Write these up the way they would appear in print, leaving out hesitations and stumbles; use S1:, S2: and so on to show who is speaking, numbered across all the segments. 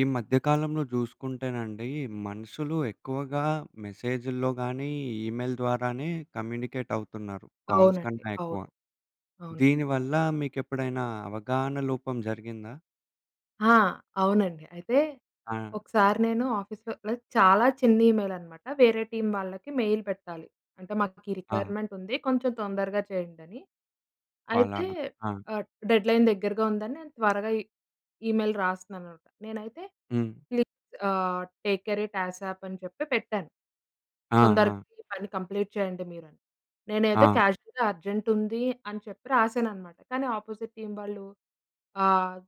S1: ఈ మధ్య కాలంలో జూసుకుంటేనండి, మనుషులు ఎక్కువగా మెసేజుల్లో గానీ, ఈమెయిల్ ద్వారానే కమ్యూనికేట్ అవుతున్నారు. కాల్స్
S2: అవునండి.
S1: కన్నా ఎక్కువ.
S2: అవును. అవును.
S1: దీనివల్ల మీకెప్పుడైనా అవగాహన లోపం జరిగిందా?
S2: ఆ! అవునండి. అయితే
S1: ఆ!
S2: ఒకసారి నేను ఆఫీస్‌లో లైక్ చాలా చిన్న ఈమెయిల్ అనమాట. వేరే టీమ్ వాళ్ళకి మెయిల్ పెట్టాలి. అంటే మాకు ఈ
S1: ఆ!
S2: రిక్వైర్మెంట్ ఉంది. కొంచెం తొందరగా చేయండని. అయితే
S1: అలానా? ఆ!
S2: ఆహ్, డెడ్‌లైన్ దగ్గరగా ఉందని నేను త్వరగా ఈ ఈమెయిల్ రాస్తున్నాననమాట. నేనైతే
S1: హ్మ్.
S2: Please take care it ASAP అని చెప్పి పెట్టాను.
S1: ఆ! ఆ!
S2: తొందరగా ఈ పని కంప్లీట్ చేయండి మీరని. నేనేదో
S1: ఆ!
S2: క్యాజువల్‌గా అర్జెంట్ ఉంది అని చెప్పి రాసాననమాట. కానీ ఆపోజిట్ టీమ్ వాళ్ళు ఆహ్,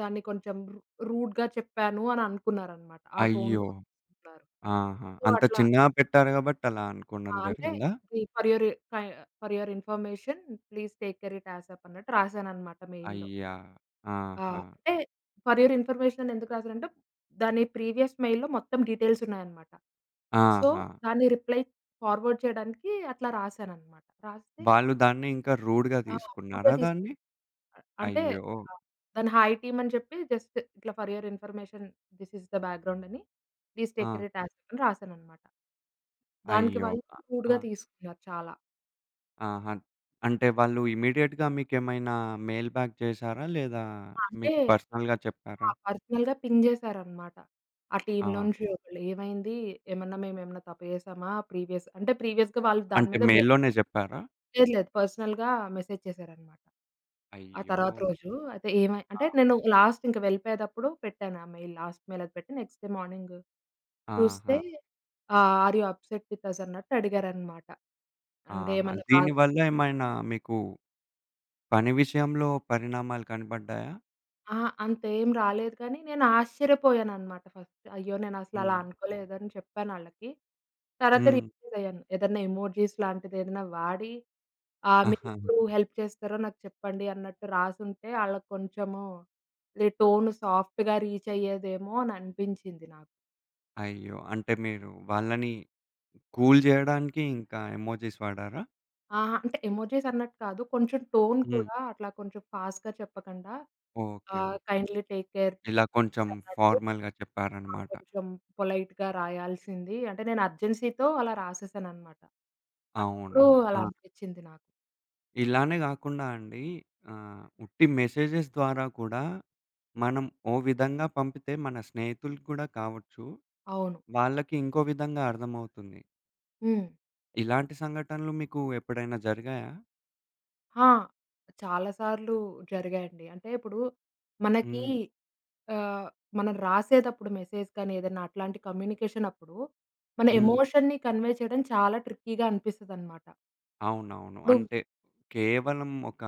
S2: దాన్ని కొంచెం రూడ్‌గా చెప్పాను అని అనుకున్నారనమాట. ఆ
S1: అయ్యో!
S2: టోన్‌లో తీసుకున్నారు.
S1: ఆహా!
S2: సో,
S1: అంత
S2: అట్లా
S1: చిన్నగా పెట్టారు గాబట్టి అలా అనుకోడం
S2: ఆ! అంటే
S1: జరిగిందా?
S2: ఇది ఫర్ యూర్ ఫై for your information please take care it ASAP అన్నట్టు రాసాననమాట మెయిల్‌లో.
S1: అయ్యా!
S2: ఆ!
S1: ఆహా!
S2: అంటే ఫర్ యూర్ ఇన్ఫర్మేషన్ అని ఎందుకు రాసానంటే దాని ప్రీవియస్ మెయిల్‌లో మొత్తం డీటెయిల్స్ ఉన్నాయన్నమాట. సో,
S1: ఆహా!
S2: దాన్ని ఫార్వర్డ్ చేయడానికి అట్లా రాసాననమాట. రాస్తే
S1: వాళ్ళు దాన్ని ఇంకా రూడ్‌గా
S2: ఆ! రూడ్‌గా
S1: తీసుకున్నారా దాన్ని?
S2: తీసుకున్నారు. అంటే
S1: అయ్యో!
S2: ఆ! దాని హాయ్ టీమ్ అని చెప్పి జస్ట్ ఇట్లా for your information this is the background అని ప్లీజ్
S1: ఆ!
S2: Take care it as it అని రాసాననమాట. దానికి
S1: అయ్యో!
S2: వాళ్ళు
S1: ఆ!
S2: రూడ్‌గా తీసుకున్నారు చాలా.
S1: ఆహా! అంటే వాళ్ళు ఇమ్మీడియేట్‌గా మీకేమైనా మెయిల్ బ్యాక్ చేశారా? లేదా
S2: అంటే
S1: మీకు పర్సనల్‌గా
S2: ఆ!
S1: చెప్పారా?
S2: పర్సనల్‌గా పింగ్ చేశారనమాట. ఆ
S1: ఆ!
S2: టీమ్‌లో నుంచి ఒకళ్ళు ఏమైంది? ఏమన్నా మేమేమన్నా తప్పు చేసామా? ప్రీవియస్ అంటే ప్రీవియస్‌గా వాళ్ళు దాని
S1: అంటే
S2: మీద వర్క్
S1: మెయిల్‌లోనే చెప్పారా?
S2: లేదు లేదు. పర్సనల్‌గా మెసేజ్ చేశారనమాట. ఆ
S1: అయ్యో!
S2: తర్వాత రోజు అయితే ఏమై
S1: ఆ!
S2: అంటే నేను లాస్ట్ ఇంక వెళ్ళిపోయేటప్పుడు పెట్టాను ఆ మెయిల్. లాస్ట్ మెయిల్ అది పెట్టి నెక్స్ట్ డే మార్నింగ్ చూస్తే
S1: ఆహా!
S2: Are you upset with us అన్నట్టు అడిగారనమాట. అంటే
S1: ఆహా!
S2: ఏమన్నా బాధ
S1: దీనివల్ల ఏమైనా మీకు పని విషయంలో పరిణామాలు కనపడ్డాయా?
S2: ఆ! అంతేం రాలేదు కానీ నేను ఆశ్చర్యపోయాననమాట ఫస్ట్. అయ్యో! నేనసలలా
S1: హ్మ్.
S2: అనుకోలేదని చెప్పానాళ్ళకి. తర్వాత
S1: హ్మ్.
S2: రియలైజ్ అయ్యాను. ఏదన్నా ఎమోజీస్ లాంటిదేదైనా వాడి
S1: ఆహా!
S2: మీరెప్పుడు హెల్ప్ చేస్తారో నాకు చెప్పండి అన్నట్టు రాసుంటే ఆళ్ళకి కొంచెము ఈ టోన్ సాఫ్ట్‌గా రీచ్ అయ్యేదేమో అని అనిపించింది నాకు.
S1: అయ్యో! అంటే మీరు వాళ్ళని కూల్ జేయడానికి ఇంకా ఎమోజిస్ వాడారా?
S2: ఆహా! అంటే ఎమోజీస్ అన్నట్టు కాదు. కొంచెం టోన్
S1: హ్మ్.
S2: కూడా అట్లా కొంచెం ఫాస్ట్‌గా చెప్పకుండా
S1: okay. Okay.
S2: Kindly take care
S1: ఇలా కొంచెం
S2: అన్నట్టు
S1: ఫార్మల్‌గా
S2: ఆ!
S1: చెప్పారన్నమాట.
S2: కొంచెం పొలైట్‌గా రాయాల్సింది. అంటే నేను అర్జెన్సీతో అలా రాసేసాననమాట. అప్పుడు
S1: అవునా! ఆ!
S2: అలా అనిపిచ్చింది నాకు.
S1: ఇలానే గాకుండా అండి ఆహ్, ఉట్టి మెసేజెస్ ద్వారా కూడా మనం ఓ విధంగా పంపితే మన స్నేహితులకి గూడా కావచ్చు.
S2: అవును.
S1: వాళ్ళకి ఇంకో విధంగా అర్థమవుతుంది.
S2: హ్మ్.
S1: ఇలాంటి సంఘటనలు మీకు ఎప్పుడైనా జరిగాయా?
S2: ఆ! చాలా సార్లు జరిగాయండి. అంటే ఇప్పుడు మనకి
S1: హ్మ్.
S2: ఆహ్, మనం రాసేటప్పుడు మెసేజ్ కానీ ఏదైనా అట్లాంటి కమ్యూనికేషన్ అప్పుడు మన
S1: హ్మ్.
S2: ఎమోషన్‌ని కన్వే చేయడం చాలా ట్రిక్కీగా అనిపిస్తదనమాట.
S1: అవునవును.
S2: ఇప్పుడు
S1: అంటే కేవలం ఒక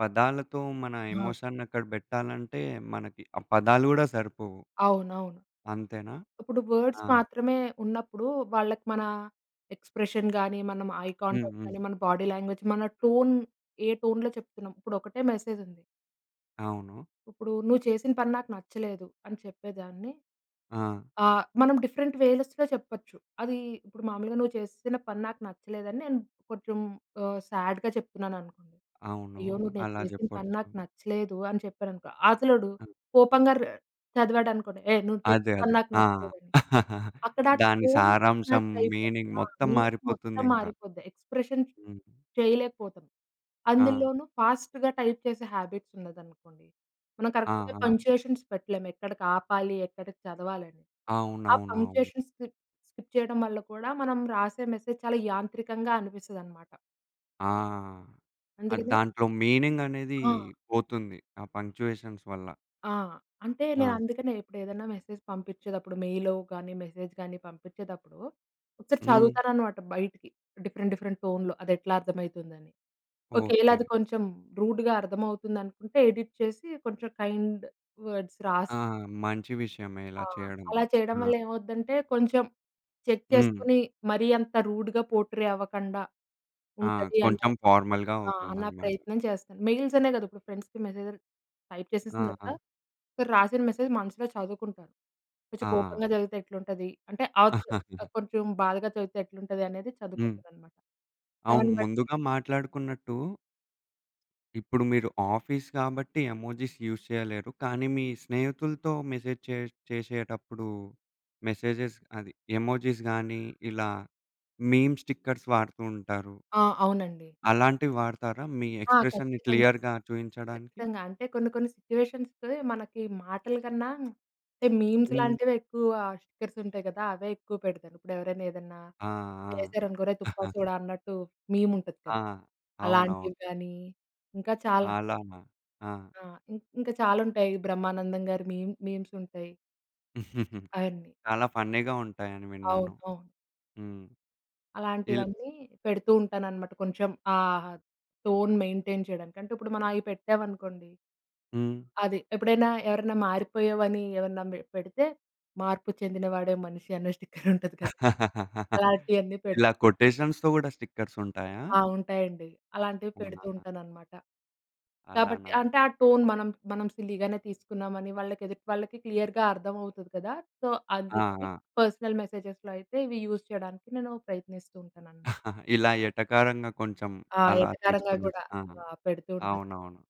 S1: పదాలతో మన
S2: ఆ!
S1: ఎమోషన్‌ని అక్కడ బెట్టాలంటే మనకి ఆ పదాలు గూడా సరిపోవు.
S2: అవునవును.
S1: అంతేనా?
S2: ఇప్పుడు వర్డ్స్
S1: ఆ!
S2: మాత్రమే ఉన్నప్పుడు, వాళ్ళకి మన ఎక్స్‌ప్రెషన్ గాని, మనం ఐ
S1: హ్మ్.
S2: కాంటాక్ట్
S1: హ్మ్.
S2: గాని, మన బాడీ లాంగ్వేజ్, మన టోన్ ఏ టోన్‌లో చెప్తున్నాం. ఇప్పుడు ఒకటే మెసేజ్ ఉంది.
S1: అవును.
S2: ఇప్పుడు "నువ్వు చేసిన పని నాకు నచ్చలేదు" అని చెప్పేదాన్ని
S1: ఆ!
S2: ఆ! మనం డిఫరెంట్ వేస్‌లో చెప్పొచ్చు. అది ఇప్పుడు మామూలుగా నువ్వు చేసిన పని నాకు నచ్చలేదని నేను కొంచెం సాడ్‌గా చెప్తున్నాననుకోండి.
S1: అవును.
S2: అయ్యో! నువ్వు నేను
S1: అలా
S2: చేసిన పని
S1: జెప్పొచ్చు.
S2: నాకు నచ్చలేదు అని చెప్పాననుకో, అవతలోడు
S1: ఆ!
S2: కోపంగా చదివాడనుకోండి, "ఏయ్! నువ్వు చేసిన
S1: అదే.
S2: పని
S1: అదే.
S2: నాకు
S1: ఆ!
S2: నచ్చలేదని." అక్కడ
S1: దాని
S2: టోన్
S1: సారాంశం,
S2: మిస్‌మ్యాచ్ అయిపోద్ది.
S1: మీనింగ్
S2: ఆ!
S1: మొత్తం
S2: మీనింగ్ మొత్తం
S1: మారిపోతుందింక.
S2: మారిపోద్ది. ఎక్స్‌ప్రెషన్
S1: హ్మ్.
S2: చేయలేకపోతాం.
S1: ఆ!
S2: అందులోనూ ఫాస్ట్‌గా టైప్ చేసే హ్యాబిట్స్ ఉన్నదనుకోండి మనం
S1: ఆ!
S2: కరెక్ట్‌గా
S1: ఆ!
S2: పంక్చుయేషన్స్ పెట్టలేము. ఎక్కడికి ఆపాలి, ఎక్కడికి చదవాలని. ఆ
S1: అవునవునవును.
S2: పంక్చుయేషన్స్ స్కిప్ స్కిప్ చేయడం వల్ల కూడా మనం రాసే మెసేజ్ చాలా యాంత్రికంగా అనిపిస్తదనమాట.
S1: ఆ! అది
S2: అందుకనే
S1: దాంట్లో మీనింగ్ అనేది
S2: ఆ!
S1: పోతుంది. ఆ పంక్చుయేషన్స్ వల్ల.
S2: ఆ! అంటే నేను
S1: ఆ!
S2: అందుకనే ఇప్పుడు ఏదైనా మెసేజ్ పంపించేటప్పుడు మెయిలో గాని, మెసేజ్ గాని పంపించేటప్పుడు ఒకసారి
S1: హ్మ్.
S2: చదువుతాననమాట బయటికి. డిఫరెంట్ డిఫరెంట్ టోన్‌లో అదెట్లా అర్థమైతుందని. ఒకేళ
S1: ఓకే.
S2: అది కొంచెం రూడ్‌గా అర్థమవుతుందనుకుంటే ఎడిట్ చేసి కొంచెం కైండ్ వర్డ్స్
S1: ఆ!
S2: రాస్తా.
S1: మంచి విషయమే ఇలా
S2: ఆ!
S1: చేయడం.
S2: అలా చేయడం
S1: ఆ!
S2: వల్ల ఏమవుద్దంటే కొంచెం చెక్
S1: హ్మ్.
S2: చేసుకొని మరీ అంత రూడ్‌గా పోర్ట్రే అవ్వకండా
S1: ఆ!
S2: ఉంటది అన్న
S1: కొంచెం ఫార్మల్‌గా
S2: ఆ! నా
S1: అవుతుందనమాట.
S2: ప్రయత్నం చేస్తాను. మెయిల్స్ అనే కాదు ఇప్పుడు ఫ్రెండ్స్‌కి మెసేజ్ టైప్
S1: ఆ!
S2: చేసేసిన తర్వాత,
S1: ఆ!
S2: ఒకరు రాసిన మెసేజ్ మనసులో చదువుకుంటాను. కొంచెం కోపంగా చదివితే ఎట్లుంటది? అంటే
S1: ఆ!
S2: అవతల కొంచెం బాధగా చదివితే ఎట్లుంటది అనేది
S1: హ్మ్.
S2: చదువుకుంటాననమాట.
S1: అవును.
S2: దాన్ని బట్టి
S1: ముందుగా మాట్లాడుకున్నట్టు ఇప్పుడు మీరు ఆఫీస్ కాబట్టి ఎమోజిస్ యూజ్ చేయలేరు. కానీ మీ స్నేహితులతో మెసేజ్ చేసేటప్పుడు మెసేజెస్ అది ఎమోజిస్ గానీ, ఇలా మీమ్ స్టిక్కర్స్ వాడుతూ ఉంటారు.
S2: ఆ! అవునండి.
S1: అలాంటివి వాడతారా మీ
S2: ఆ!
S1: ఎక్స్‌ప్రెషన్‌ని
S2: ఖచ్చితంగా.
S1: క్లియర్‌గా చూయించడానికి?
S2: ఖచ్చితంగా. అంటే కొన్ని కొన్ని సిట్యుయేషన్స్‌కి మనకి మాటల కన్నా అంటే మీమ్స్
S1: హ్మ్.
S2: లాంటివే ఎక్కువ స్టిక్కర్స్ ఉంటాయి కదా! అవే ఎక్కువ పెడతాను. ఇప్పుడు ఎవరైనా ఏదన్నా
S1: ఆ!
S2: చేశారనుకో "ఒరేయ్
S1: ఆ!
S2: తుప్పా చూడా" అన్నట్టు మీమ్ ఉంటది
S1: ఆ!
S2: కదా!
S1: అవునవును.
S2: అలాంటివి గానీ, ఇంకా చాలా
S1: అలానా? ఆ!
S2: ఆ! ఇంకా చాలా ఉంటాయి. బ్రహ్మానందం గారి మీమ్ మీమ్స్ ఉంటాయి. అవన్నీ.
S1: చాలా ఫన్నీగా ఉంటాయని
S2: అవును.
S1: విన్నాను.
S2: అవును.
S1: హ్మ్. ఇల్
S2: అలాంటివన్నీ పెడుతూ ఉంటాననమాట. కొంచెం ఆ టోన్ మెయింటైన్ చేయడానికి. అంటే ఇప్పుడు మనం అయి పెట్టామనుకోండి
S1: హ్మ్.
S2: అది. ఎప్పుడైనా ఎవరైనా మారిపోయావని ఎవరన్నా పెడితే, మార్పు చెందినవాడే మనిషి అన్న స్టిక్కర్ ఉంటది కదా! అలాంటియన్నీ పెడుతూ
S1: ఇలా కొటేషన్స్‌తో గూడా స్టిక్కర్స్ ఉంటాయా?
S2: ఆ! ఉంటాయండి. అలాంటివి
S1: అవునా?
S2: పెడుతూ ఉంటాననమాట. కాబట్టి
S1: అలానా?
S2: అంటే ఆ టోన్ మనం సిల్లీగానే తీసుకున్నామని వాళ్ళకి ఎదుటి వాళ్ళకి క్లియర్‌గా అర్థమవుతది కదా! సో,
S1: ఆ!
S2: అందుకని
S1: ఆ!
S2: పర్సనల్ మెసేజెస్‌లో అయితే ఇవి యూజ్ చేయడానికి నేను ప్రయత్నిస్తూ ఉంటాననమాట.
S1: ఇలా ఎటకారంగా కొంచెం
S2: ఆ!
S1: అలా
S2: ఎటకారంగా
S1: తీసుకున్నట్టు.
S2: గూడా
S1: ఆ!
S2: ఆ! పెడుతూ ఉంటాను.
S1: అవునవును.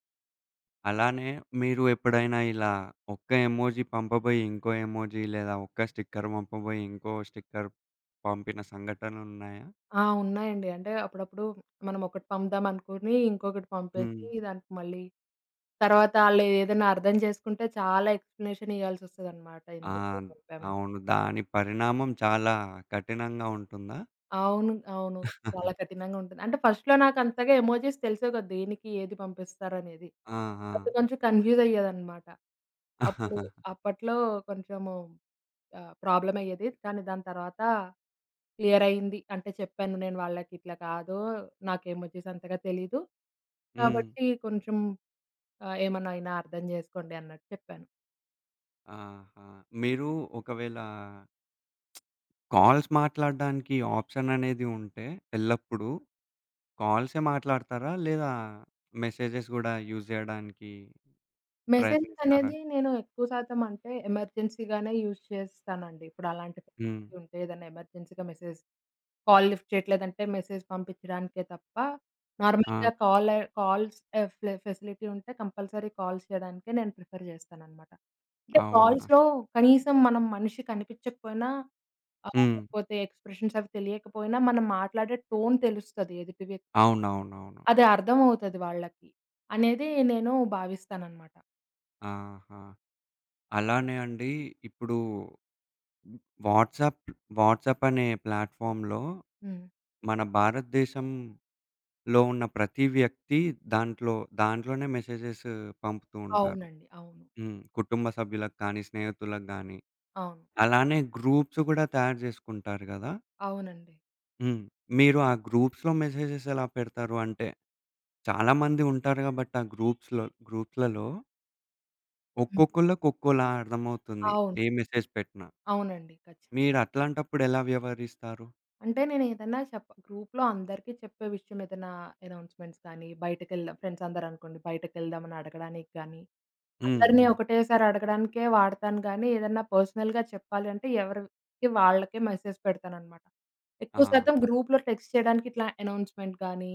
S1: అలానే మీరు ఎప్పుడైనా ఇలా ఒక్క ఎమోజి పంపబోయి ఇంకో ఎమోజి లేదా ఒక్క స్టిక్కర్ పంపబోయి ఇంకో స్టిక్కర్ పంపిన సంఘటనలున్నాయా?
S2: ఆ! ఉన్నాయండి. అంటే అప్పుడప్పుడు మనం ఒకటి పంపుదాం అనుకుని, ఇంకొకటి
S1: హ్మ్.
S2: పంపేసి దానికి మళ్ళీ తర్వాత ఆళ్ళేదైనా అర్థం చేసుకుంటే చాలా ఎక్స్‌ప్లనేషన్ ఇయ్యాల్సొస్తదనమాట.
S1: ఆ!
S2: ఎందుకు పంపామని.
S1: అవును. దాని పరిణామం చాలా కఠినంగా ఉంటుందా?
S2: అవును. అవును. చాలా కఠినంగా ఉంటుంది. అంటే ఫస్ట్‌లో నాకంతగా ఎమోజిస్ తెలిసేవి కాదు. దేనికి ఏది పంపిస్తారనేది.
S1: ఆ! ఆ!
S2: అప్పుడు కొంచెం కన్‌ఫ్యూజ్ అయ్యేదనమాట. అప్పుడు అప్పట్లో కొంచెము ప్రాబ్లమ్ అయ్యేది. కానీ దాని తర్వాత క్లియర్ అయింది. అంటే చెప్పాను నేను వాళ్ళకి ఇట్లా కాదు. నాకు ఎమోజిస్ అంతగా తెలీదు.
S1: హ్మ్.
S2: కాబట్టి కొంచెం ఏమన్నా అయినా అర్థం చేసుకోండి అన్నట్టు చెప్పాను.
S1: ఆహా! మీరు ఒకవేళ కాల్స్ మాట్లాడడానికి ఆప్షన్ అనేది ఉంటే ఎల్లప్పుడూ కాల్సే మాట్లాడతారా? లేదా మెసేజెస్ గూడా యూజ్ జేయడానికి
S2: మెసేజెస్
S1: ప్రయత్నిస్తారా?
S2: అనేది నేను ఎక్కువ శాతం అంటే ఎమర్జెన్సీగానే యూజ్ చేస్తానండి. ఇప్పుడు అలాంటి
S1: హ్మ్.
S2: పరిస్థితి ఉంటే ఏదైనా ఎమర్జెన్సీగా మెసేజ్ కాల్ లిఫ్ట్ చేయట్లేదంటే మెసేజ్ పంపించడానికే తప్ప
S1: ఆ!
S2: నార్మల్‌గా కాల్ కాల్స్ ఫెసిలిటీ ఉంటే కంపల్సరీ కాల్స్ చేయడానికే నేను ప్రిఫర్ చేస్తాననమాట. అంటే
S1: అవునా?
S2: కాల్స్‌లో కనీసం మనం మనిషి కనిపించకపోయినా
S1: హ్మ్.
S2: లేకపోతే ఎక్స్‌ప్రెషన్స్ అవి తెలియకపోయినా మనం మాట్లాడే టోన్ తెలుస్తది ఎదుటి వ్యక్తి
S1: అవునవునవును.
S2: అది అర్థమవుతది వాళ్ళకి అనేది నేను భావిస్తాననమాట.
S1: ఆహా! అలానే అండి ఇప్పుడు వాట్సాప్, వాట్సాప్ అనే ప్లాట్‌ఫామ్‌లో
S2: హ్మ్.
S1: మన భారతదేశంలో ఉన్న ప్రతి వ్యక్తి దాంట్లో దాంట్లోనే మెసేజెస్ పంపుతూ ఉంటారు.
S2: అవునండి. అవును.
S1: హ్మ్. కుటుంబ సభ్యులకు కానీ, స్నేహితులకు గానీ.
S2: అవును.
S1: అలానే గ్రూప్స్ గూడా తయారు జేసుకుంటారు గదా!
S2: అవునండి.
S1: హ్మ్. మీరు ఆ గ్రూప్స్‌లో మెసేజెస్ ఎలా పెడతారు? అంటే చాలామంది ఉంటారు గాబట్టి ఆ గ్రూప్స్‌లలో
S2: హ్మ్.
S1: ఒక్కొక్కళ్ళకి ఒక్కోలా అర్థమవుతుంది.
S2: అవును.
S1: ఏ మెసేజ్ పెట్టినా.
S2: అవునండి. ఖచ్చితంగా.
S1: మీరు అట్లాంటప్పుడు ఎలా వ్యవహరిస్తారు?
S2: అంటే నేనేదన్నా గ్రూప్‌లో అందరికీ చెప్పే విషయం ఏదైనా అనౌన్స్‌మెంట్స్ కానీ, బయటకెళ్దాం ఫ్రెండ్స్ అందరనుకోండి బయటకెళ్దామని అడగడానికి గానీ,
S1: హ్మ్.
S2: అందరిని
S1: హ్మ్.
S2: ఒకటేసారి అడగడానికే వాడతాను గానీ, ఏదన్నా పర్సనల్‌గా చెప్పాలి అంటే ఎవరికి వాళ్ళకే మెసేజ్ పెడతాననమాట. ఎక్కువ శాతం
S1: ఆహా!
S2: గ్రూప్‌లో టెక్స్ట్ చేయడానికి ఇట్లా అనౌన్స్‌మెంట్ గానీ,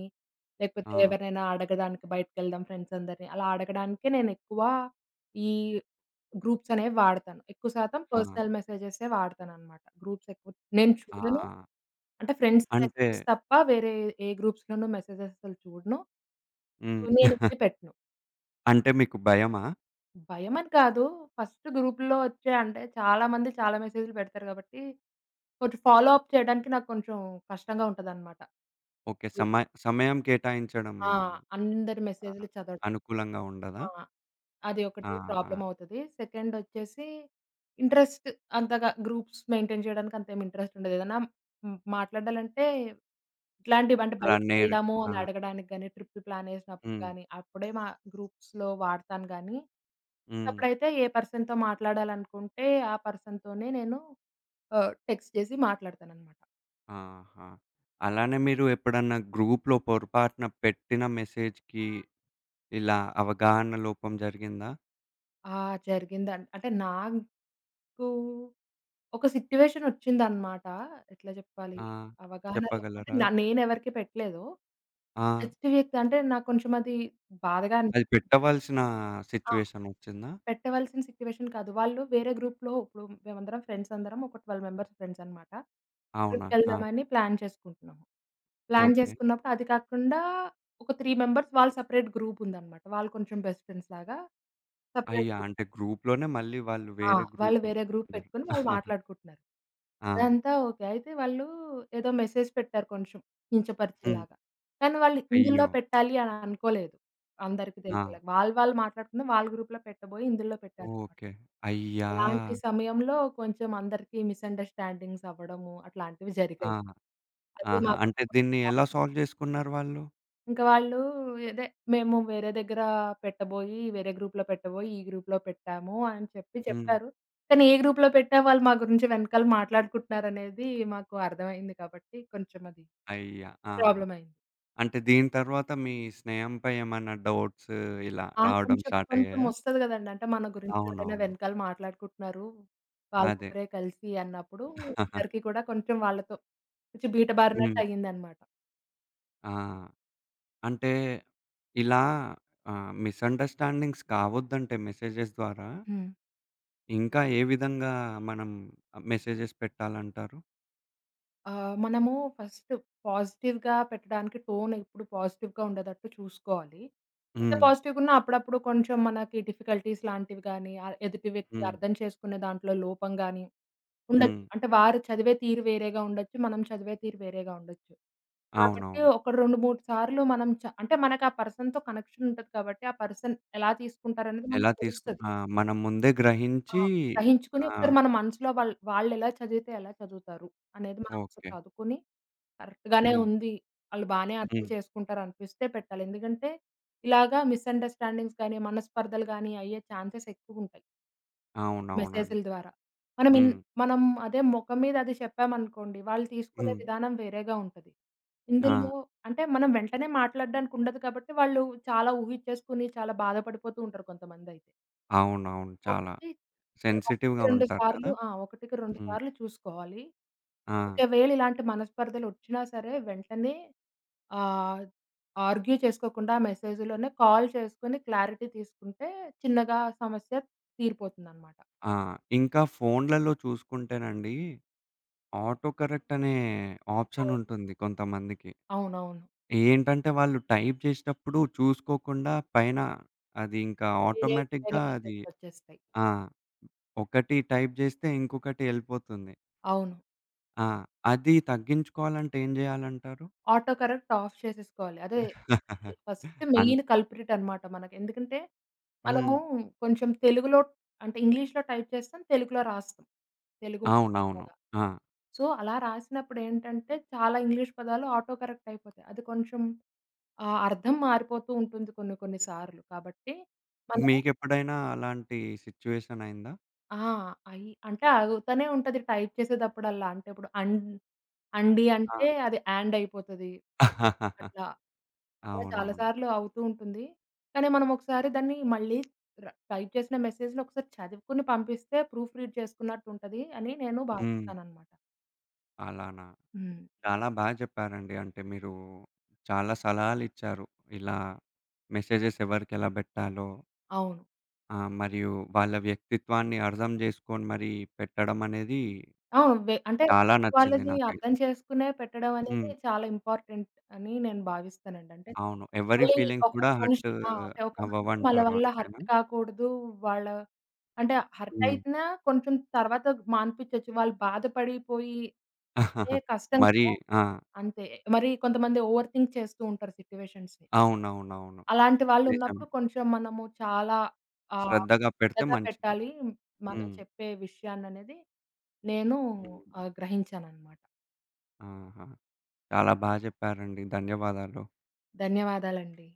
S2: లేకపోతే
S1: ఆ!
S2: ఎవరినైనా అడగడానికి బయటికెళ్దాం ఫ్రెండ్స్ అందరిని అలా అడగడానికే నేనెక్కువ ఈ గ్రూప్స్ అనేవి వాడతాను. ఎక్కువ శాతం
S1: ఆ!
S2: పర్సనల్ మెసేజెసే వాడతాననమాట. గ్రూప్స్ ఎక్కువ నేను
S1: ఆ!
S2: చూడను. అంటే ఫ్రెండ్స్
S1: అంటే
S2: మెసేజెస్ తప్ప వేరే ఏ గ్రూప్స్‌లోనూ మెసేజెస్ అసలు చూడను.
S1: హ్మ్.
S2: నేనేది పెట్టను.
S1: అంటే మీకు భయమా?
S2: భయమని కాదు. ఫస్ట్ గ్రూప్‌లో వచ్చే అంటే చాలా మంది చాలా మెసేజ్‌లు పెడతారు కాబట్టి కొంచెం ఫాలో అప్ చేయడానికి నాకు కొంచెం కష్టంగా ఉంటదనమాట.
S1: ఓకే. సమయ సమయం కేటాయించడం
S2: ఆ! అందరి
S1: ఆహా!
S2: మెసేజ్‌లు చదవడం.
S1: అనుకూలంగా ఉండదా?
S2: ఆ! అది ఒకటి
S1: ఆహా!
S2: ప్రాబ్లమ్ అవుతది. సెకండ్ వచ్చేసి ఇంట్రెస్ట్ అంతగా గ్రూప్స్ మెయింటైన్ చేయడానికి అంత ఏమి ఇంట్రెస్ట్ ఉండదు. ఏదైనా మాట్లాడాలంటే ఇట్లాంటివి అంటే
S1: అలా
S2: బయటికెళ్దాము
S1: ఆ!
S2: అని అడగడానికి గాని, ట్రిప్ ప్లాన్ ఏసినప్పుడు
S1: హ్మ్.
S2: గాని, అప్పుడే మా గ్రూప్స్‌లో వాడతాను గానీ,
S1: హ్మ్.
S2: అప్పుడైతే ఏ పర్సన్‌తో మాట్లాడాలనుకుంటే ఆ పర్సన్‌తోనే నేను టెక్స్ట్ చేసి మాట్లాడతాననమాట.
S1: ఆహా! అలానే మీరు ఎప్పుడన్నా గ్రూప్‌లో పొరపాటున పెట్టిన మెసేజ్‌కి ఇలా అవగాహన లోపం జరిగిందా?
S2: ఆ! జరిగిందండి. అంటే నాకు ఒక సిట్యుయేషనొచ్చిందనమాట. ఎట్లా జెప్పాలి?
S1: ఆ!
S2: అవగాహన లోపమంటే
S1: చెప్పగలరా?
S2: నేనెవరికీ పెట్టలేదు.
S1: ఆ!
S2: నెక్స్ట్ వీక్ అంటే నాకు కొంచెం అది బాధగా అనిపి
S1: అది పెట్టవలసిన
S2: ఆ!
S1: సిట్యుయేషన్ వచ్చిందా?
S2: పెట్టవలసిన సిట్యుయేషన్ కాదు. వాళ్ళు వేరే గ్రూప్‌లో ఇప్పుడు మేమందరం ఫ్రెండ్స్ అందరం ఒక 12 మెంబర్స్ ఫ్రెండ్స్ అనమాట.
S1: అవునా? ఆ!
S2: ట్రిప్‌కెళ్దామని ప్లాన్ చేసుకుంటున్నాము. Plan
S1: okay.
S2: చేసుకున్నప్పుడు అది కాకుండా ఒక 3 మెంబర్స్ వాళ్ళు సెపరేట్ గ్రూప్ ఉందనమాట. వాళ్ళు కొంచెం బెస్ట్ ఫ్రెండ్స్ లాగా సెపరేట్
S1: అయ్యా! అంటే గ్రూప్‌లోనే మళ్ళీ వాళ్ళు
S2: ఆ!
S1: వేరే గ్రూప్
S2: వాళ్ళు వేరే గ్రూప్
S1: పెట్టుకున్నారు.
S2: పెట్టుకొని వాళ్ళు మాట్లాడుకుంటున్నారు.
S1: ఆ!
S2: అదంతా ఓకే. అయితే వాళ్ళు ఏదో మెసేజ్ పెట్టారు కొంచెం
S1: హ్మ్.
S2: కించపరిచేలాగా. కానీ వాళ్ళు ఇందులో
S1: అయ్యో!
S2: పెట్టాలి అని అనుకోలేదు. అందరికి
S1: ఆ!
S2: తెలిసేలాగా. వాళ్ళు వాళ్ళు మాట్లాడుకున్న వాళ్ళ గ్రూప్‌లో పెట్టబోయి ఇందులో పెట్టారనమాట.
S1: ఓకే. అయ్యా!
S2: అలాంటి సమయంలో కొంచెం అందరికీ మిస్‌అండర్‌స్టాండింగ్స్ అవ్వడము అట్లాంటివి
S1: ఆ!
S2: జరిగాయి. అది
S1: ఆహా!
S2: మాకు
S1: అంటే దీన్ని ఎలా సాల్వ్ చేసుకున్నారు వాళ్ళు?
S2: ఇంక వాళ్ళు ఇదే మేము వేరే దగ్గర పెట్టబోయి, వేరే గ్రూప్‌లో పెట్టబోయి, ఈ గ్రూప్‌లో పెట్టాము అని చెప్పి
S1: హ్మ్.
S2: చెప్పారు. కానీ ఏ గ్రూప్‌లో పెట్టా వాళ్ళు మా గురించి వెనకాల మాట్లాడుకుంటున్నారనేది మాకు అర్థమైంది కాబట్టి కొంచెం అది
S1: అయ్యా! ఆ!
S2: ప్రాబ్లమ్ అయింది.
S1: అంటే దీని తర్వాత మీ స్నేహంపై ఏమన్నా డౌట్స్ ఇలా
S2: ఆ!
S1: రావడం
S2: కొంచెం
S1: స్టార్ట్
S2: కొంచెం
S1: అయ్యాయా?
S2: ఒస్తది గదండీ. అంటే మన గురించి ఎవరైనా
S1: అవునవును.
S2: వెనకాల మాట్లాడుకుంటున్నారు. వాళ్ళు
S1: అదే.
S2: ముగ్గురే కలిసి అన్నప్పుడు అందరికీ కూడా కొంచెం వాళ్ళతో కొంచెం బీటబారినట్టు
S1: హ్మ్.
S2: అయిందనమాట.
S1: ఆ! అంటే ఇలా ఆహ్, మిస్‌అండర్‌స్టాండింగ్స్ కావద్దంటే మెసేజెస్ ద్వారా
S2: హ్మ్.
S1: ఇంకా ఏ విధంగా మనం మెసేజెస్ పెట్టాలంటారు?
S2: మనము ఫస్ట్ పాజిటివ్‌గా పెట్టడానికి టోన్ ఎప్పుడు పాజిటివ్‌గా ఉండేటట్టు చూసుకోవాలి. ఎంత
S1: హ్మ్.
S2: పాజిటివ్‌గున్నా అప్పుడప్పుడు కొంచెం మనకి డిఫికల్టీస్ లాంటివి గానీ, ఎదుటి వ్యక్తి
S1: హ్మ్.
S2: అర్థం చేసుకునే దాంట్లో లోపం గానీ
S1: హ్మ్.
S2: ఉండొచ్చు. అంటే వారు చదివే తీరు వేరేగా ఉండొచ్చు. మనం చదివే తీరు వేరేగా ఉండొచ్చు. కాబట్టి
S1: అవునవును.
S2: ఒక 2, 3 సార్లు మనం అంటే మనకు ఆ పర్సన్‌తో కనెక్షన్ ఉంటది కాబట్టి, ఆ పర్సన్ ఎలా తీసుకుంటారనేది
S1: ఎలా
S2: మనకు తెలుస్తది.
S1: ఆ! మనం ముందే
S2: ఆ!
S1: గ్రహించి
S2: గ్రహించుకొని
S1: ఆ!
S2: ఒకసారి మన మనసులో వాళ్ళు వాళ్ళెలా చదివితే ఎలా చదువుతారు అనేది మనం ఒకసారి
S1: ఓకే.
S2: చదువుకొని కరెక్ట్‌గానే
S1: హ్మ్.
S2: ఉంది. ఆళ్ళు బానే అర్థం
S1: హ్మ్.
S2: చేసుకుంటారనిపిస్తే పెట్టాలి. ఎందుకంటే ఇలాగా మిస్‌అండర్‌స్టాండింగ్స్ గాని, మనస్పర్ధలు గాని అయ్యే ఛాన్సెస్ ఎక్కువుంటాయి.
S1: అవునవునండి.
S2: మెసేజుల ద్వారా. మనం
S1: హ్మ్.
S2: మనం అదే ముఖం మీద అది చెప్పామనుకోండి, వాళ్ళు తీసుకునే
S1: హ్మ్.
S2: విధానం వేరేగా ఉంటది.
S1: ఆ!
S2: ఇందులో అంటే మనం వెంటనే మాట్లాడడానికి ఉండదు కాబట్టి, వాళ్ళు చాలా ఊహిచ్చేసుకొని చాలా బాధపడిపోతూ ఉంటారు కొంతమందయితే.
S1: అవునవును. చాలా.
S2: కాబట్టి ఒకటికి
S1: సెన్సిటివ్‌గా
S2: 2
S1: ఉంటారు
S2: సార్లు
S1: గదా!
S2: ఆ! ఒకటికి 2
S1: హ్మ్.
S2: సార్లు చూసుకోవాలి.
S1: ఆ!
S2: ఒకవేళ ఇలాంటి మనస్పర్ధలొచ్చినా సరే వెంటనే ఆహ్, ఆర్గ్యూ చేసుకోకుండా ఆ మెసేజులోనే కాల్ చేసుకొని క్లారిటీ తీసుకుంటే చిన్నగా సమస్య తీరిపోతుందనమాట.
S1: ఆ! ఇంకా ఫోన్‌లలో చూసుకుంటేనండి, ఆటో కరెక్ట్ అనే ఆప్షన్
S2: అవును.
S1: ఉంటుంది కొంతమందికి.
S2: అవునవును.
S1: ఏంటంటే వాళ్ళు టైప్ జేసేటప్పుడు చూసుకోకుండా పైన అది ఇంకా
S2: వేరే వేరే
S1: ఆటోమేటిక్‌గా అది
S2: మెసేజ్‌లొచ్చేస్తాయి.
S1: ఆ! ఒకటి టైప్ జేస్తే ఇంకొకటి ఎళ్ళిపోతుంది.
S2: అవును.
S1: ఆ! అది తగ్గించుకోవాలంటే ఏం జేయాలంటారు?
S2: ఆటో కరెక్ట్ ఆఫ్ చేసేసుకోవాలి. అదే ఫస్ట్
S1: అన్
S2: మెయిన్ కల్ప్రిట్ అనమాట మనకి. ఎందుకంటే, మనము
S1: హ్మ్.
S2: కొంచెం తెలుగులో అంటే ఇంగ్లీష్‌లో టైప్ చేస్తాం, తెలుగులో రాస్తాం. తెలుగు
S1: అవునవును.
S2: లాగా.
S1: ఆ!
S2: సో, అలా రాసినప్పుడు ఏంటంటే, చాలా ఇంగ్లీష్ పదాలు ఆటో కరెక్ట్ అయిపోతాయి. అది కొంచెం అర్థం మారిపోతూ ఉంటుంది కొన్ని కొన్ని సార్లు. కాబట్టి మనము
S1: మీకెప్పుడైనా అలాంటి సిట్యుయేషన్ అయిందా?
S2: ఆ! అయి అంటే ఆగుతనే ఉంటది టైప్ చేసేటప్పుడల్లా. అంటే ఇప్పుడు అండి
S1: ఆ!
S2: అంటే అది యాండ్ అయిపోతది. అట్లా. అలా చాలా
S1: అవునవును.
S2: సార్లు అవుతూ ఉంటుంది. కానీ మనం ఒకసారి దాన్ని మళ్ళీ టైప్ చేసిన మెసేజ్‌ని ఒకసారి చదువుకొని పంపిస్తే ప్రూఫ్ రీడ్ చేసుకున్నట్టుంటది అని నేను
S1: హ్మ్.
S2: భావిస్తాననమాట.
S1: అలానా?
S2: హ్మ్.
S1: చాలా బా చెప్పారండి. అంటే మీరు చాలా సలహాలిచ్చారు. ఇలా మెసేజెస్ ఎవరికెలా బెట్టాలో,
S2: అవును.
S1: ఆహ్, మరియు వాళ్ళ వ్యక్తిత్వాన్ని అర్థం జేసుకొని మరీ పెట్టడం అనేది
S2: అవును. అంటే
S1: చాలా నచ్చింది
S2: వాళ్ళది
S1: నాకైతే.
S2: అర్థం చేసుకునే పెట్టడం అనేది
S1: హ్మ్.
S2: చాలా ఇంపార్టెంట్ అని నేను భావిస్తానండి. అంటే
S1: అవును. ఎవరి
S2: మళ్ళీ
S1: ఫీలింగ్స్ గూడా
S2: ఒక్కొక్క
S1: హర్ట్
S2: మనిషి ఆ! అంటే ఒక మనిషి మన
S1: అవ్వవంటారు
S2: వల్ల
S1: అంతేనా?
S2: హర్ట్ కాకూడదు. వాళ్ళ అంటే హర్ట్
S1: హ్మ్.
S2: అయితున్నా కొంచెం తర్వాత మాన్పించొచ్చు. వాళ్ళు బాధపడిపోయి ఏ కష్టం
S1: మరి
S2: కదా!
S1: ఆ!
S2: అంతే. మరి కొంతమంది ఓవర్ థింక్ చేస్తూ ఉంటారు సిట్యుయేషన్స్‌ని.
S1: అవునవునవును.
S2: అలాంటి వాళ్ళు
S1: నిజమే.
S2: ఉన్నప్పుడు కొంచెం మనము చాలా ఆహ్,
S1: శ్రద్ధగా పెడితే
S2: శ్రద్ధగా
S1: మంచిది.
S2: పెట్టాలి. మనం
S1: హ్మ్.
S2: చెప్పే విషయాన్ననేది నేను
S1: హ్మ్.
S2: గ్రహించాననమాట.
S1: ఆహా! చాలా బా జెప్పారండి. ధన్యవాదాలు.
S2: ధన్యవాదాలండి.